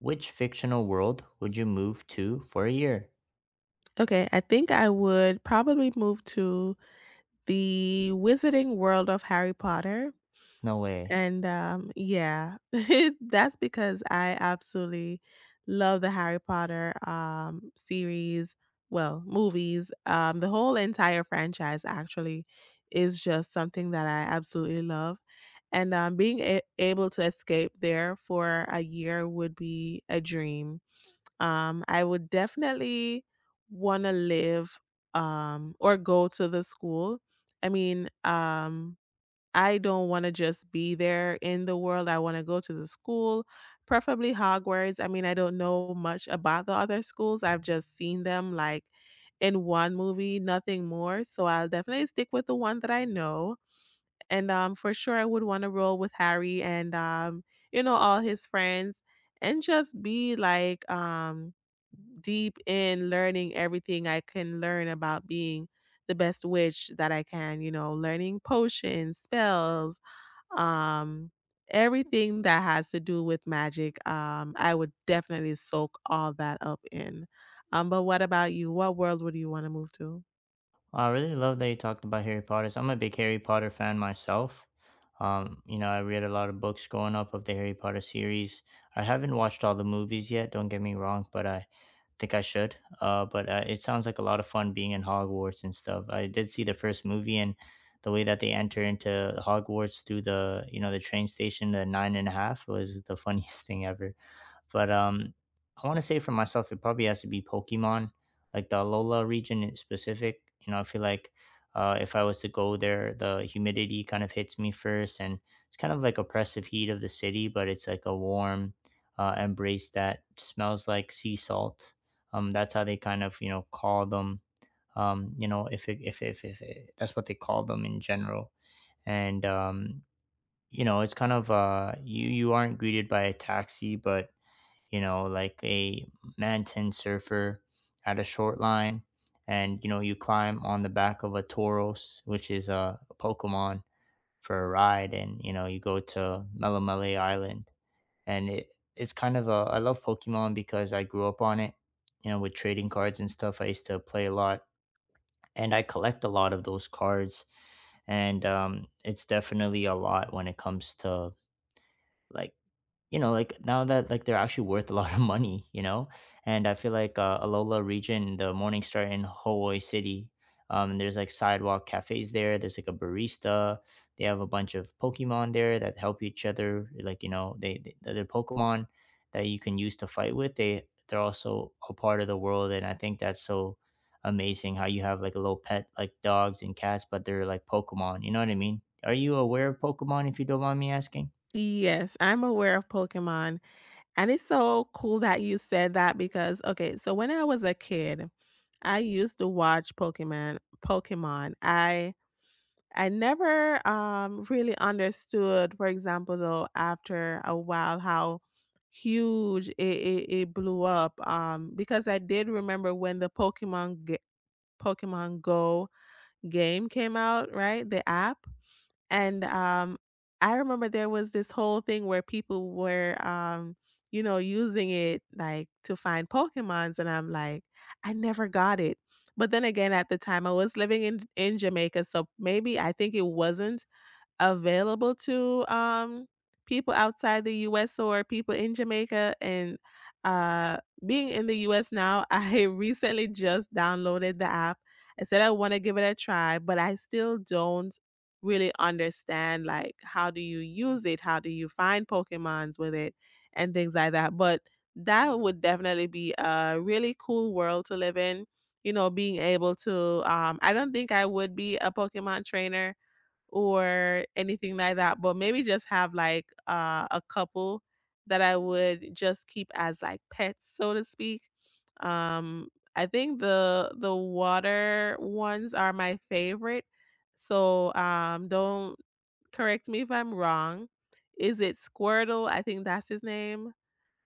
Which fictional world would you move to for a year? Okay, I think I would probably move to the Wizarding World of Harry Potter. No way. And yeah, that's because I absolutely love the Harry Potter series, well, movies. The whole entire franchise actually is just something that I absolutely love. And able to escape there for a year would be a dream. I would definitely want to live or go to the school. I mean, um, I don't want to just be there in the world. I want to go to the school, preferably Hogwarts. I mean, I don't know much about the other schools. I've just seen them like in one movie, nothing more. So I'll definitely stick with the one that I know and for sure I would want to roll with Harry and you know all his friends and just be deep in learning everything I can learn about being the best witch that I can. You know, learning potions, spells, um, everything that has to do with magic. I would definitely soak all that up in. But what about you? What world would you want to move to? I really love that you talked about Harry Potter. So I'm a big Harry Potter fan myself. I read a lot of books growing up of the Harry Potter series. I haven't watched all the movies yet, don't get me wrong, but I think I should. But it sounds like a lot of fun being in Hogwarts and stuff. I did see the first movie and the way that they enter into Hogwarts through the you know the train station, the nine and a half was the funniest thing ever. But I want to say for myself, it probably has to be Pokemon, like the Alola region in specific. You know, I feel like if I was to go there, the humidity kind of hits me first, and it's kind of like oppressive heat of the city, but it's like a warm embrace that smells like sea salt, that's how they kind of, you know, call them. Um you know if it, That's what they call them in general. And you know, it's kind of, you aren't greeted by a taxi, but you know, like a man surfer at a short line, and you know, you climb on the back of a Tauros, which is a Pokemon, for a ride, and you know, you go to Melamele Island, and it's kind of a— I love Pokemon because I grew up on it, you know, with trading cards and stuff. I used to play a lot, and I collect a lot of those cards, and it's definitely a lot when it comes to, like, you know, like now that, like, they're actually worth a lot of money, you know. And I feel like, Alola region, the Morning Star in Hawaii City, there's like sidewalk cafes there. There's like a barista. They have a bunch of Pokemon there that help each other. Like, you know, they're Pokemon that you can use to fight with. They're also a part of the world, and I think that's so amazing how you have like a little pet, like dogs and cats, but they're like Pokemon. You know what I mean? Are you aware of Pokemon? If you don't mind me asking. Yes, I'm aware of Pokemon. And it's so cool that you said that because okay, so when I was a kid, I used to watch Pokemon. I never really understood, for example, though, after a while how huge it blew up. Because I did remember when the Pokemon Go game came out, right? The app and I remember there was this whole thing where people were, using it like to find Pokemons, and I'm like, I never got it. But then again, at the time, I was living in Jamaica, so maybe I think it wasn't available to people outside the US or people in Jamaica and uh being in the US now, I recently just downloaded the app. I said I want to give it a try, but I still don't really understand like how do you use it? How do you find Pokemons with it and things like that. But that would definitely be a really cool world to live in. You know, being able to I don't think I would be a Pokemon trainer or anything like that, but maybe just have a couple that I would just keep as like pets, so to speak. Um, I think the water ones are my favorite. So don't correct me if I'm wrong. Is it Squirtle? I think that's his name.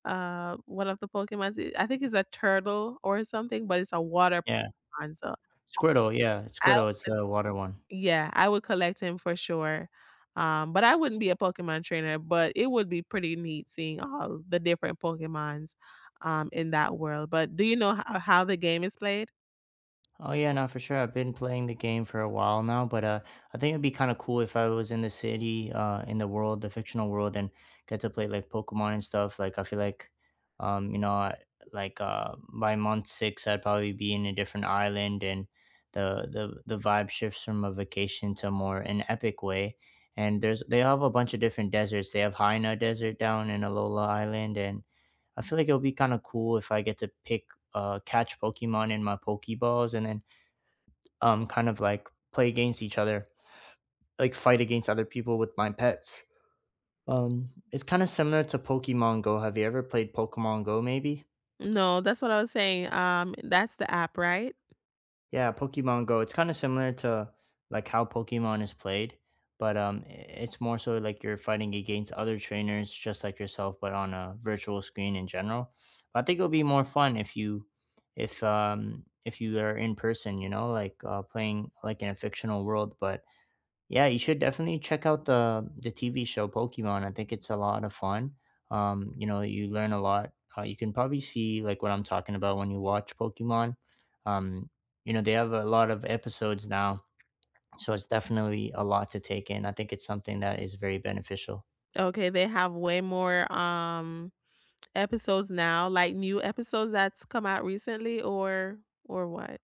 One of the Pokemons. I think it's a turtle or something, but it's a water Yeah. Pokemon. So Squirtle, yeah, I Squirtle, it's the water one. yeah, I would collect him for sure. But I wouldn't be a Pokemon trainer, but it would be pretty neat seeing all the different Pokemons in that world. But do you know how the game is played? Oh yeah, no, for sure. I've been playing the game for a while now, but I think it'd be kind of cool if I was in the city, in the world, the fictional world, and get to play like Pokemon and stuff. Like I feel like, um, you know, I- like by month six, I'd probably be in a different island, and the vibe shifts from a vacation to more an epic way. And there's— they have a bunch of different deserts. They have Haina Desert down in Alola Island, and I feel like it'll be kind of cool if I get to pick catch Pokemon in my Pokeballs and then kind of like play against each other, like fight against other people with my pets. It's kind of similar to Pokemon Go. Have you ever played Pokemon Go maybe? No, that's what I was saying. That's the app, right? Yeah, Pokemon Go. It's kind of similar to like how Pokemon is played, but it's more so like you're fighting against other trainers just like yourself, but on a virtual screen in general. But I think it'll be more fun if if you are in person, you know, like playing like in a fictional world. But yeah, you should definitely check out the TV show Pokemon. I think it's a lot of fun. You know, you learn a lot. You can probably see like what I'm talking about when you watch Pokemon. Um, you know, they have a lot of episodes now, so it's definitely a lot to take in. I think it's something that is very beneficial. Okay, they have way more episodes now, like new episodes that's come out recently or what?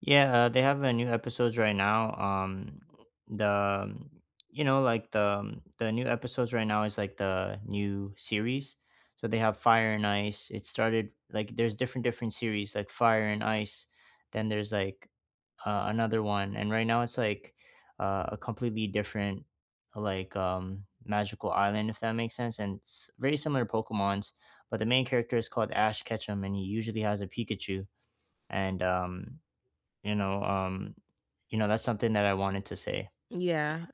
Yeah, they have new episodes right now. The um, you know like the new episodes right now is like the new series. So they have Fire and Ice. It started— like there's different series like Fire and Ice. Then there's like another one, and right now it's like a completely different, like, magical island, if that makes sense, and it's very similar to Pokemon's, but the main character is called Ash Ketchum, and he usually has a Pikachu. And you know, um, you know, That's something that I wanted to say. Yeah,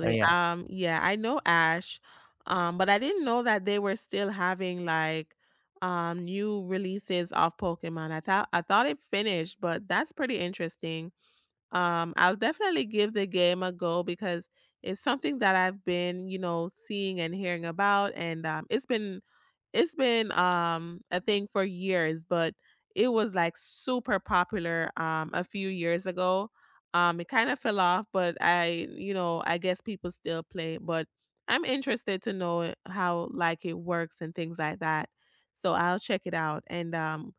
But yeah. Yeah, I know Ash, but I didn't know that they were still having like new releases of Pokemon. I thought it finished, but that's pretty interesting. I'll definitely give the game a go because it's something that I've been, you know, seeing and hearing about, and it's been a thing for years, but it was like super popular a few years ago. It kind of fell off, but I you know, I guess people still play, but I'm interested to know how like it works and things like that. So I'll check it out. And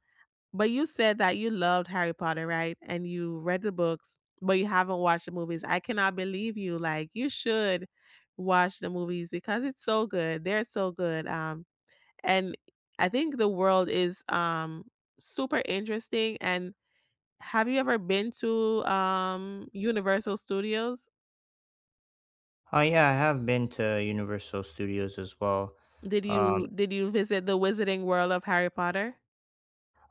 but you said that you loved Harry Potter, right? And you read the books, but you haven't watched the movies. I cannot believe you. Like you should watch the movies because it's so good. They're so good. And I think the world is super interesting. And have you ever been to Universal Studios? Oh yeah, I have been to Universal Studios as well. Did Um, you did you visit the Wizarding World of Harry Potter?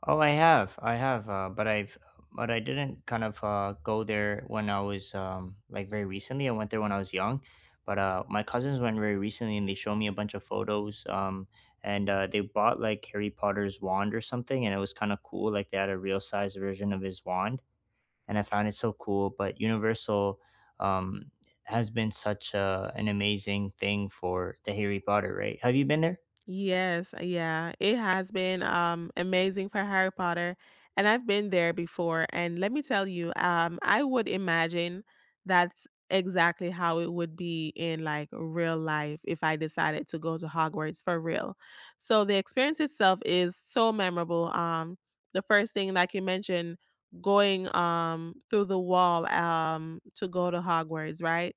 oh, I have, but I didn't kind of go there when I was, like, very recently. I went there when I was young, but my cousins went very recently, and they showed me a bunch of photos. And They bought like Harry Potter's wand or something, and it was kind of cool. Like they had a real size version of his wand, and I found it so cool. But Universal, um, has been such an amazing thing for the Harry Potter, right? Have you been there? Yes, yeah, it has been amazing for Harry Potter, and I've been there before. And let me tell you, I would imagine that's exactly how it would be in like real life if I decided to go to Hogwarts for real. So the experience itself is so memorable. The first thing, like you mentioned, going through the wall to go to Hogwarts, right?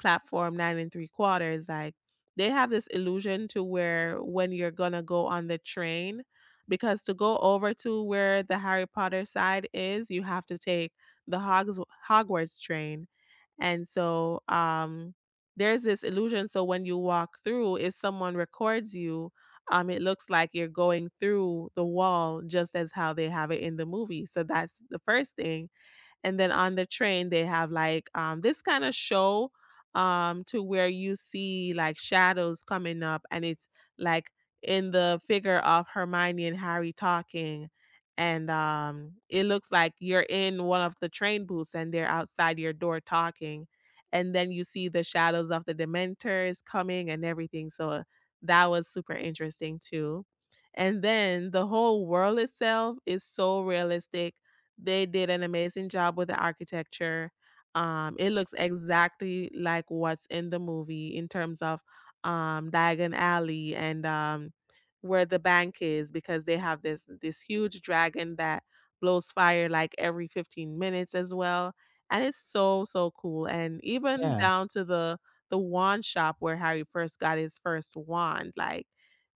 Platform nine and three quarters, like they have this illusion to where when you're gonna go on the train, because to go over to where the Harry Potter side is, you have to take the Hogwarts train. And so there's this illusion. So when you walk through, if someone records you, it looks like you're going through the wall just as how they have it in the movie. So that's the first thing. And then on the train, they have this kind of show to where you see like shadows coming up, and it's like in the figure of Hermione and Harry talking. And it looks like you're in one of the train booths and they're outside your door talking. And then you see the shadows of the Dementors coming and everything. So that was super interesting too. And then the whole world itself is so realistic, they did an amazing job with the architecture. It looks exactly like what's in the movie in terms of Diagon Alley and where the bank is, because they have this huge dragon that blows fire like every 15 minutes as well, and it's so so cool. And even Yeah. down to the wand shop where Harry first got his first wand, like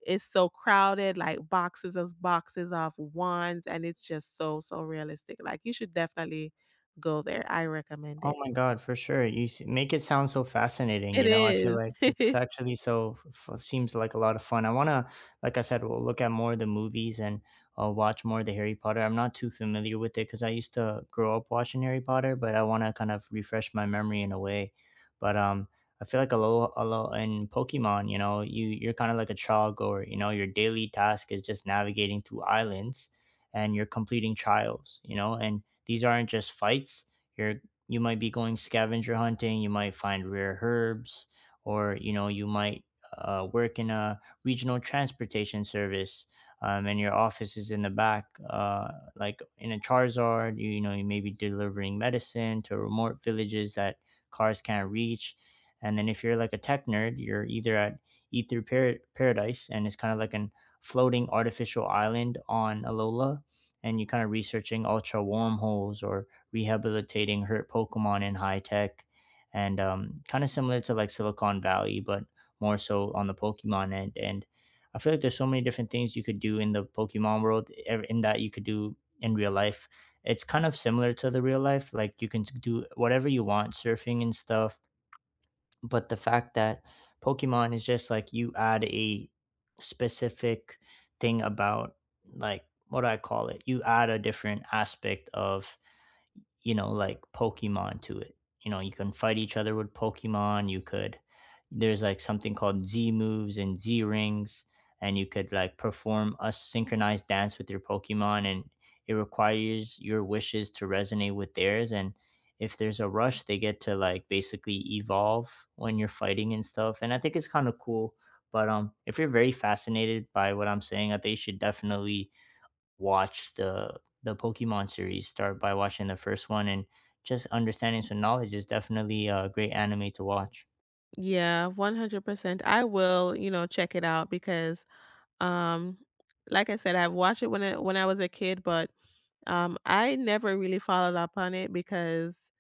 it's so crowded, like boxes of wands, and it's just so, so realistic. Like, you should definitely go there. I recommend Oh it. my god, for sure. Make it sound so fascinating. It You know, I feel like it's is. actually seems like a lot of fun. Like I said, we'll look at more of the movies and watch more of the Harry Potter. I'm not too familiar with it because I used to grow up watching Harry Potter, but I want to kind of refresh my memory in a way. But I feel like a little in Pokemon. You know, you're kind of like a trial goer. You know, your daily task is just navigating through islands, and you're completing trials. You know, and these aren't just fights. you're you might be going scavenger hunting, you might find rare herbs, or you know, you might work in a regional transportation service, and your office is in the back, like in a Charizard. You know, you may be delivering medicine to remote villages that cars can't reach. And then if you're like a tech nerd, you're either at Paradise, and it's kind of like an floating artificial island on Alola, and you're kind of researching ultra wormholes or rehabilitating hurt Pokemon in high tech, and kind of similar to like Silicon Valley, but more so on the Pokemon end. And I feel like there's so many different things you could do in the Pokemon world, ev- in that you could do in real life. It's kind of similar to the real life. Like you can do whatever you want, surfing and stuff, but the fact that Pokemon is just like— you add a specific thing about, like, what do I call it? You add a different aspect of, you know, like Pokemon to it. You know, you can fight each other with Pokemon. You could There's like something called Z moves and Z rings, and you could like perform a synchronized dance with your Pokemon, and it requires your wishes to resonate with theirs, and if there's a rush, they get to like basically evolve when you're fighting and stuff. And I think it's kind of cool. But If you're very fascinated by what I'm saying, I think you should definitely watch the Pokemon series. Start by watching the first one, and just understanding some knowledge is definitely a great anime to watch. Yeah, 100%. I will, you know, check it out because um like I said, I've watched it when I was a kid, but I never really followed up on it because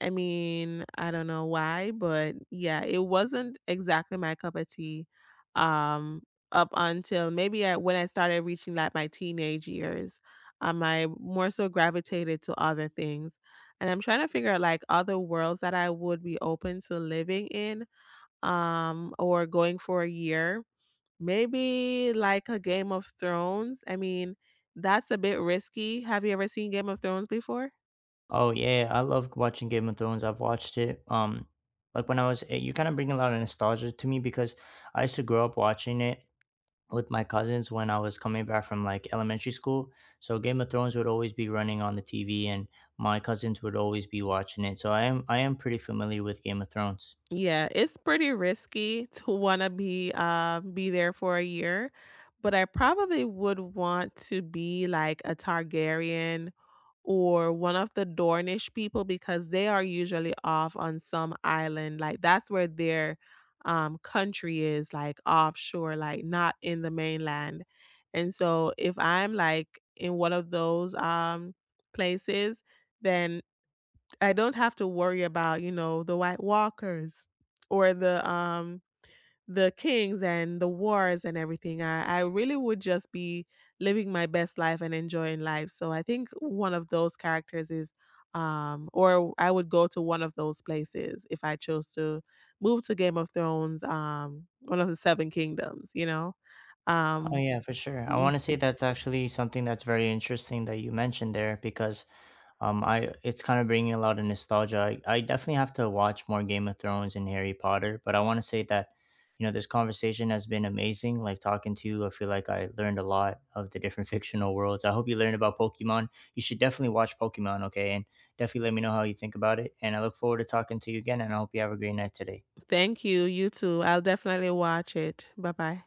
I mean, I don't know why, but yeah, it wasn't exactly my cup of tea, um, up until maybe I when I started reaching, like, my teenage years, I more so gravitated to other things, and I'm trying to figure out, like, other worlds that I would be open to living in, or going for a year. Maybe like a Game of Thrones? I mean, that's a bit risky. Have you ever seen Game of Thrones before? Oh yeah, I love watching Game of Thrones. I've watched it. Like when I was, you kind of bring a lot of nostalgia to me because I used to grow up watching it with my cousins when I was coming back from like elementary school. So Game of Thrones would always be running on the TV, and my cousins would always be watching it. So I am pretty familiar with Game of Thrones. Yeah, it's pretty risky to wanna be there for a year, but I probably would want to be like a Targaryen or one of the Dornish people because they are usually off on some island, like, that's where their, country is, like, offshore, like, not in the mainland, and so if I'm, like, in one of those, places, then I don't have to worry about, you know, the White Walkers or the kings and the wars and everything. I really would just be living my best life and enjoying life. So I think one of those characters is or I would go to one of those places if I chose to move to Game of Thrones, one of the seven kingdoms, you know. Oh Um yeah, for sure. I Mm. want to say that's actually something that's very interesting that you mentioned there. Because I It's kind of bringing a lot of nostalgia. I definitely have to watch more Game of Thrones and Harry Potter, but I want to say that, you know, this conversation has been amazing. Like talking to you, I feel like I learned a lot of the different fictional worlds. I hope you learned about Pokemon. You should definitely watch Pokemon, okay? And definitely let me know how you think about it. And I look forward to talking to you again. And I hope you have a great night today. Thank you, you too. I'll definitely watch it. Bye bye.